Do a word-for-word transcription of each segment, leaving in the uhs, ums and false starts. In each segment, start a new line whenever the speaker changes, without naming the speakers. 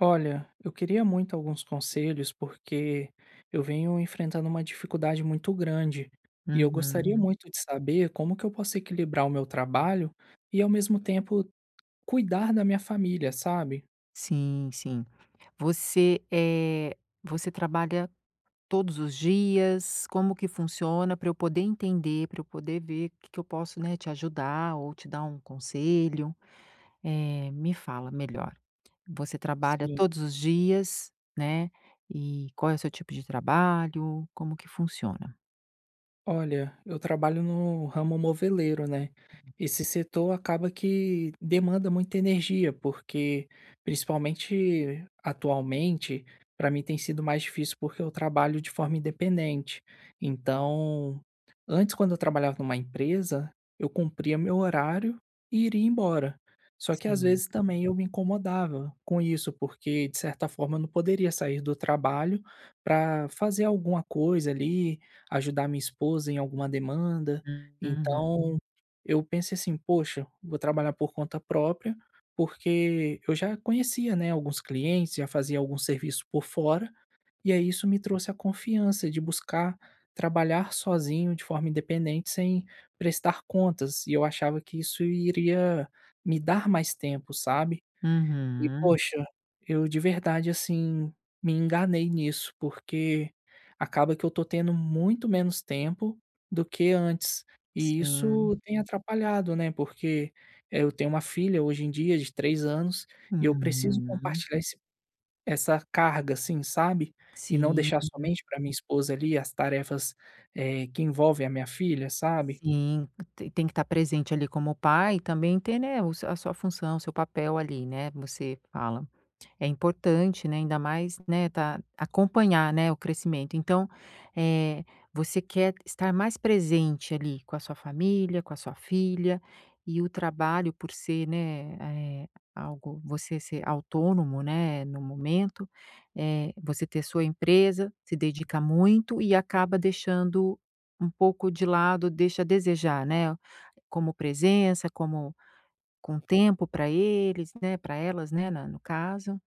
Olha, eu queria muito alguns conselhos porque eu venho enfrentando uma dificuldade muito grande e eu gostaria
Uhum.
muito de saber como que eu posso equilibrar o meu trabalho e ao mesmo tempo cuidar da minha família, sabe?
Sim, sim. Você, é você trabalha todos os dias? Como que funciona para eu poder entender, para eu poder ver o que que eu posso, né, te ajudar ou te dar um conselho? Eh, me fala melhor. Você trabalha
Sim.
todos os dias, né, e qual é o seu tipo de trabalho? Como que funciona?
Olha, eu trabalho no ramo moveleiro, né? Esse setor acaba que demanda muita energia, porque principalmente atualmente, para mim tem sido mais difícil porque eu trabalho de forma independente. Então, antes quando eu trabalhava numa empresa, eu cumpria meu horário e iria embora. Só que às
Sim.
vezes também eu me incomodava com isso, porque de certa forma eu não poderia sair do trabalho para fazer alguma coisa ali ajudar minha esposa em alguma demanda.
Uhum.
Então, eu pensei assim: "Poxa, vou trabalhar por conta própria", porque eu já conhecia, né, alguns clientes, já fazia algum serviço por fora, e aí isso me trouxe a confiança de buscar trabalhar sozinho de forma independente, sem prestar contas, e eu achava que isso iria me dar mais tempo, sabe. E
Uhum.
poxa, eu de verdade, assim, me enganei nisso, porque acaba que eu tô tendo muito menos tempo do que antes. E
Sim.
isso tem atrapalhado, né, porque, eh, eu tenho uma filha hoje em dia de três anos e eu preciso
Uhum.
compartilhar esse essa carga, assim, sabe, e não deixar
Sim.
somente para minha esposa ali as tarefas, eh, que envolvem a minha filha, sabe.
Sim, te tem que estar presente ali como pai e também ter, né, o seu- a sua função, o seu papel ali, né, você fala. É importante, né, ainda mais, né, tá acompanhar, né, o crescimento. Então, eh, você quer estar mais presente ali com a sua família, com a sua filha, e o trabalho por ser, né, eh, algo você ser autônomo, né, no momento, eh, você ter sua empresa, se dedica muito e acaba deixando um pouco de lado, deixa a desejar, né, como presença, como com tempo para eles, né, para elas, né, na no caso.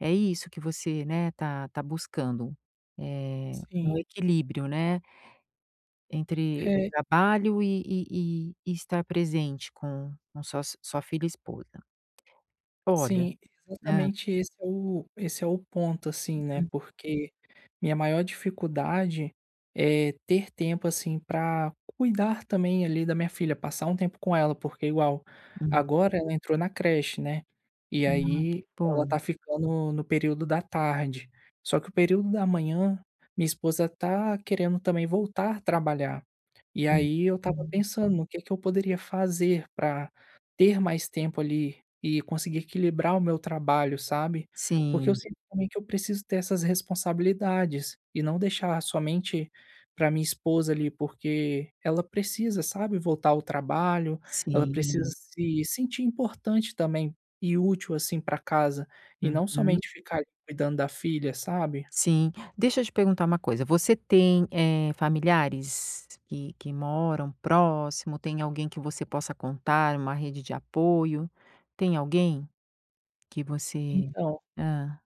É isso que você, né, tá tá buscando, eh, um
Sim.
equilíbrio, né, entre
É.
trabalho e e e e estar presente com com sua sua filha e esposa. Olha,
Sim,
né?
exatamente esse é o esse é o ponto, assim, né, porque minha maior dificuldade é ter tempo, assim, para cuidar também ali da minha filha, passar um tempo com ela, porque igual,
Uhum.
agora ela entrou na creche, né, e
Ah,
aí
que
ela
bom.
tá ficando no período da tarde, só que o período da manhã, minha esposa tá querendo também voltar a trabalhar, e aí eu estava
Uhum.
pensando no que que eu poderia fazer para ter mais tempo ali e conseguir equilibrar o meu trabalho, sabe. Porque eu
Sim,
sinto também que eu preciso ter essas responsabilidades, e não deixar somente para minha esposa ali, porque ela precisa, sabe, voltar ao trabalho, ela precisa
sim.
se sentir importante também, e útil, assim, para casa, e não
Uhum.
somente ficar ali cuidando da filha, sabe.
Sim. Deixa eu te perguntar uma coisa, você tem, eh, familiares que que moram próximo? Tem alguém que você possa contar, uma rede de apoio? Tem alguém? Que você
Então,
hã,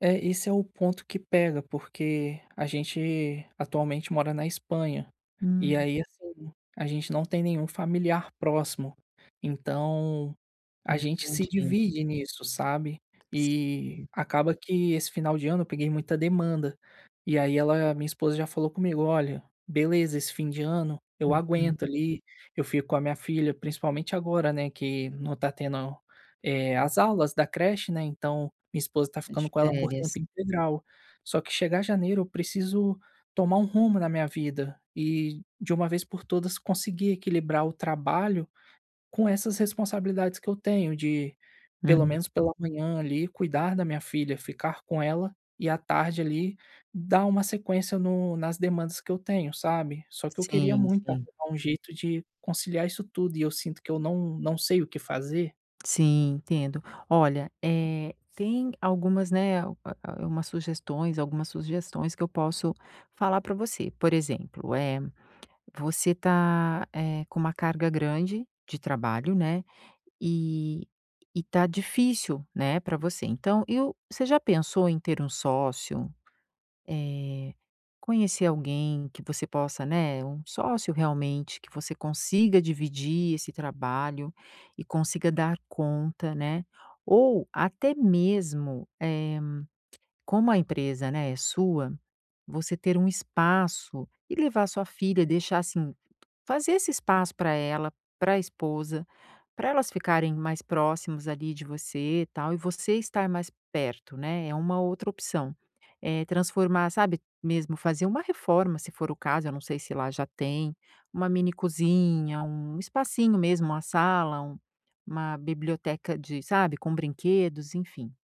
é, esse é o ponto que pega, porque a gente atualmente mora na Espanha. E
hum,
aí, assim, a gente não tem nenhum familiar próximo. Então, a gente se
entendi.
divide nisso, sabe? E
Sim,
acaba que esse final de ano eu peguei muita demanda. E aí ela, minha esposa já falou comigo, olha, beleza, esse fim de ano eu
uhum,
aguento ali, eu fico com a minha filha, principalmente agora, né, que não tá tendo eh, as aulas da creche, né? Então, minha esposa tá
de
ficando com ela por
férias.
tempo integral. Só que chegar janeiro eu preciso tomar um rumo na minha vida e, de uma vez por todas, conseguir equilibrar o trabalho com essas responsabilidades que eu tenho de, pelo
Uhum.
menos pela manhã ali, cuidar da minha filha, ficar com ela e à tarde ali dar uma sequência no nas demandas que eu tenho, sabe. Só que eu queria
Sim,
muito
sim.
arrumar um jeito de conciliar isso tudo e eu sinto que eu não não sei o que fazer.
Sim, entendo. Olha, eh, tem algumas, né, u a umas sugestões algumas sugestões que eu posso falar para você. Por exemplo, é você tá, eh, com uma carga grande de trabalho, né, e e tá difícil, né, para você. Então, eu você já pensou em ter um sócio? eh, conhecer alguém que você possa, né, um sócio realmente, que você consiga dividir esse trabalho e consiga dar conta, né? Ou até mesmo, eh, como a empresa, né, é sua, você ter um espaço e levar sua filha, deixar assim. Fazer esse espaço para ela, para a esposa, para elas ficarem mais próximos ali de você e tal, e você estar mais perto, né, é uma outra opção. Eh, transformar, sabe, mesmo fazer uma reforma, se for o caso, eu não sei se lá já tem, uma mini cozinha, um espacinho mesmo, uma sala, um uma biblioteca de sabe, com brinquedos, enfim.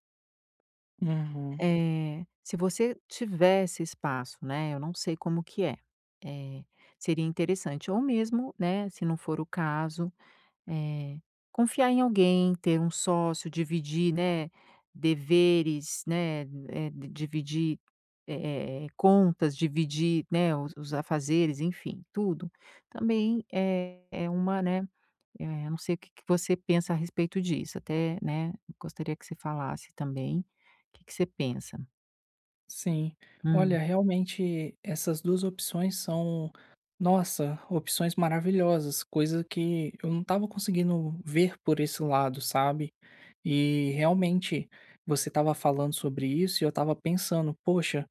Uhum.
É, se você tivesse espaço, né, eu não sei como que é, eh, seria interessante ou mesmo, né, se não for o caso, eh, confiar em alguém, ter um sócio, dividir, né, deveres, né, eh, d dividir, eh eh, contas, dividir, né, os os afazeres, enfim, tudo, também é é uma, né, é, eu não sei o que que você pensa a respeito disso, até, né, gostaria que você falasse também. O que que você pensa?
Sim.
Hum,
Olha, realmente essas duas opções são, nossa, opções maravilhosas, coisa que eu não estava conseguindo ver por esse lado, sabe. E realmente você estava falando sobre isso e eu estava pensando: "Poxa,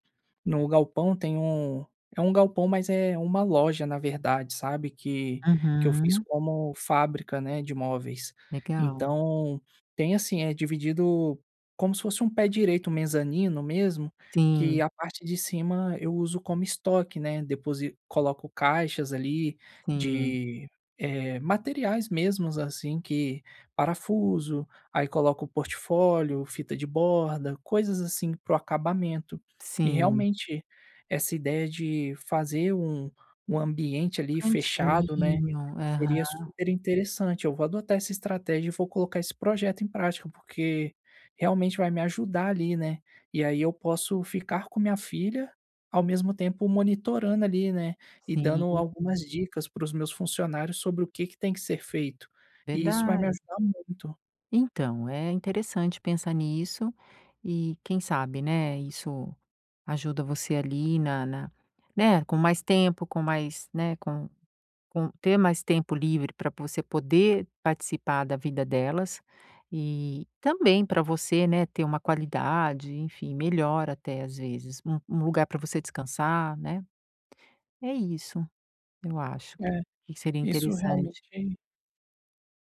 no galpão tem um". É um galpão, mas é uma loja, na verdade, sabe, que que eu fiz
uhum,
como fábrica, né, de móveis.
legal.
Então tem assim, é dividido como se fosse um pé direito, um mezanino mesmo, que
Sim,
a parte de cima eu uso como estoque, né. Depois coloco caixas ali
sim,
de, eh, materiais mesmos, assim, que parafuso, aí coloco portfólio, fita de borda, coisas assim para o acabamento. E
sim.
realmente essa ideia de fazer um um ambiente
Um
ali fechado, né,
cantinho,
seria
aham,
super interessante. Eu vou adotar essa estratégia e vou colocar esse projeto em prática, porque realmente vai me ajudar ali, né. E aí eu posso ficar com minha filha, ao mesmo tempo monitorando ali, né, e dando
sim,
algumas dicas para os meus funcionários sobre o que que tem que ser feito. E isso vai
verdade.
me ajudar muito.
Então, é interessante pensar nisso e quem sabe, né, isso ajuda você ali na na né, com mais tempo, com mais, né, com Com ter mais tempo livre para você poder participar da vida delas, e também para você, né, ter uma qualidade, enfim, melhor até às vezes, um um lugar para você descansar, né. É isso, eu acho que
É,
que seria
isso
interessante.
realmente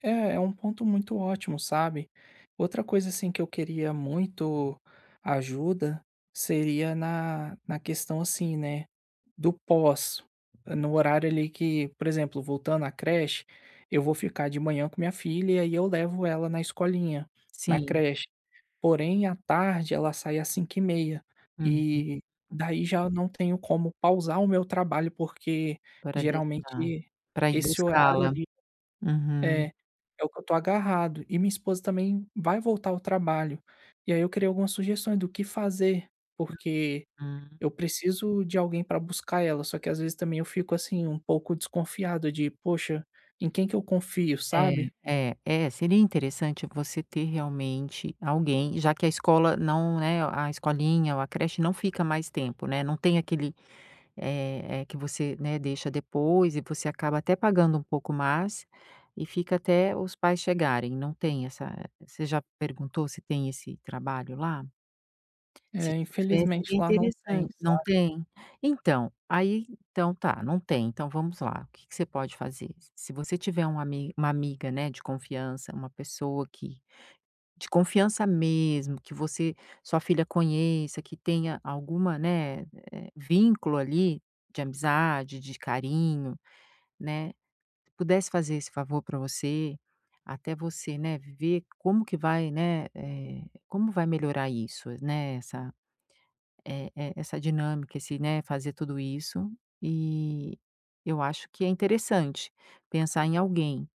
é, é um ponto muito ótimo, sabe. Outra coisa, assim, que eu queria muito ajuda, seria na na questão, assim, né, do pós. Eh, no horário ali que, por exemplo, voltando à creche, eu vou ficar de manhã com minha filha, e aí eu levo ela na escolinha, na
Sim,
creche. Porém, à tarde ela sai às cinco e meia
uhum,
e daí já não tenho como pausar o meu trabalho, porque
para deixar,
geralmente
pra ir
esse horário
buscá-la.
ali
Uhum,
é, é o que eu tô agarrado. E minha esposa também vai voltar ao trabalho. E aí eu queria algumas sugestões do que fazer, porque
hum.
eu preciso de alguém para buscar ela, só que às vezes também eu fico assim um pouco desconfiado de: "Poxa, em quem que eu confio?",
É,
sabe?
é, É, seria interessante você ter realmente alguém, já que a escola não, né, a escolinha ou a creche não fica mais tempo, né, não tem aquele, eh eh, que você, né, deixa depois e você acaba até pagando um pouco mais e fica até os pais chegarem, não tem essa. Você já perguntou se tem esse trabalho lá? Se
É,
tiver
infelizmente
seria
lá não tem,
interessan não
sabe?
tem? Então, aí então tá, não tem, então vamos lá, o que que você pode fazer? Se você tiver um ami uma amiga, né, de confiança, uma pessoa que de confiança mesmo, que você sua filha conheça, que tenha alguma, né, eh, vínculo ali, de amizade, de carinho, né, se pudesse fazer esse favor para você, até você, né, ver como que vai, né, eh, como vai melhorar isso, né, essa eh eh, essa dinâmica, esse, né, fazer tudo isso, e eu acho que é interessante pensar em alguém,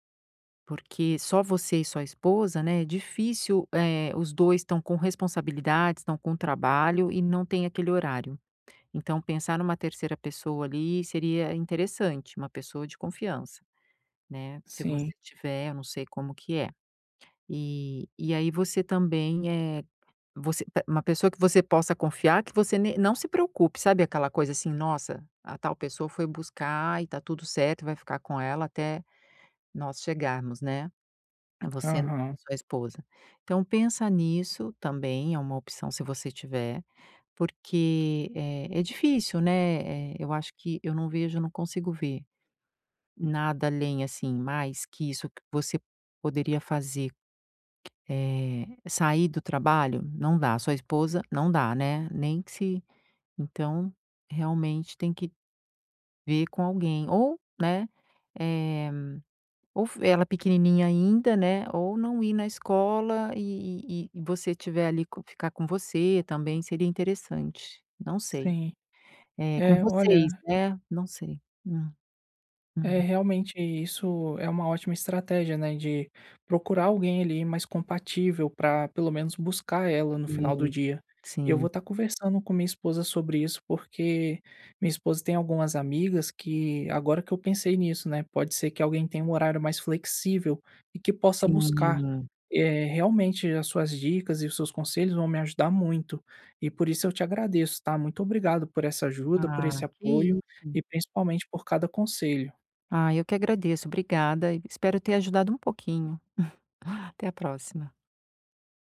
porque só você e sua esposa, né, é difícil, eh, os dois estão com responsabilidades, estão com trabalho e não tem aquele horário. Então pensar numa terceira pessoa ali seria interessante, uma pessoa de confiança, né, se
Sim.
você tiver, eu não sei como que é. E e aí você também, é você pe uma pessoa que você possa confiar, que você ne não se preocupe, sabe aquela coisa assim: "Nossa, a tal pessoa foi buscar e tá tudo certo, vai ficar com ela até nós chegarmos", né, você
Aham.
sua esposa. Então pensa nisso também, é uma opção se você tiver, porque é é difícil, né, eh, eu acho que eu não vejo, eu não consigo ver nada além, assim, mais que isso que você poderia fazer. Eh, sair do trabalho? Não dá. Sua esposa? Não dá, né, nem que se então, realmente tem que ver com alguém ou, né, eh, ou f ela pequenininha ainda, né, ou não ir na escola e e e você tiver ali co ficar com você também seria interessante, não sei.
Sim.
Eh, com
É, olha,
vocês, né, não sei. Hum,
é,
hum.
realmente isso é uma ótima estratégia, né, de procurar alguém ali mais compatível para pelo menos buscar ela no final do
Sim,
dia. Eu
sim,
vou estar conversando com minha esposa sobre isso, porque minha esposa tem algumas amigas que, agora que eu pensei nisso, né, pode ser que alguém tenha um horário mais flexível e que possa buscar.
sim.
É, realmente as suas dicas e os seus conselhos vão me ajudar muito. E por isso eu te agradeço, tá? Muito obrigado por essa ajuda, por
Ah,
esse
que
apoio
isso.
e principalmente por cada conselho.
Ah, eu que agradeço. Obrigada e espero ter ajudado um pouquinho. Até a próxima.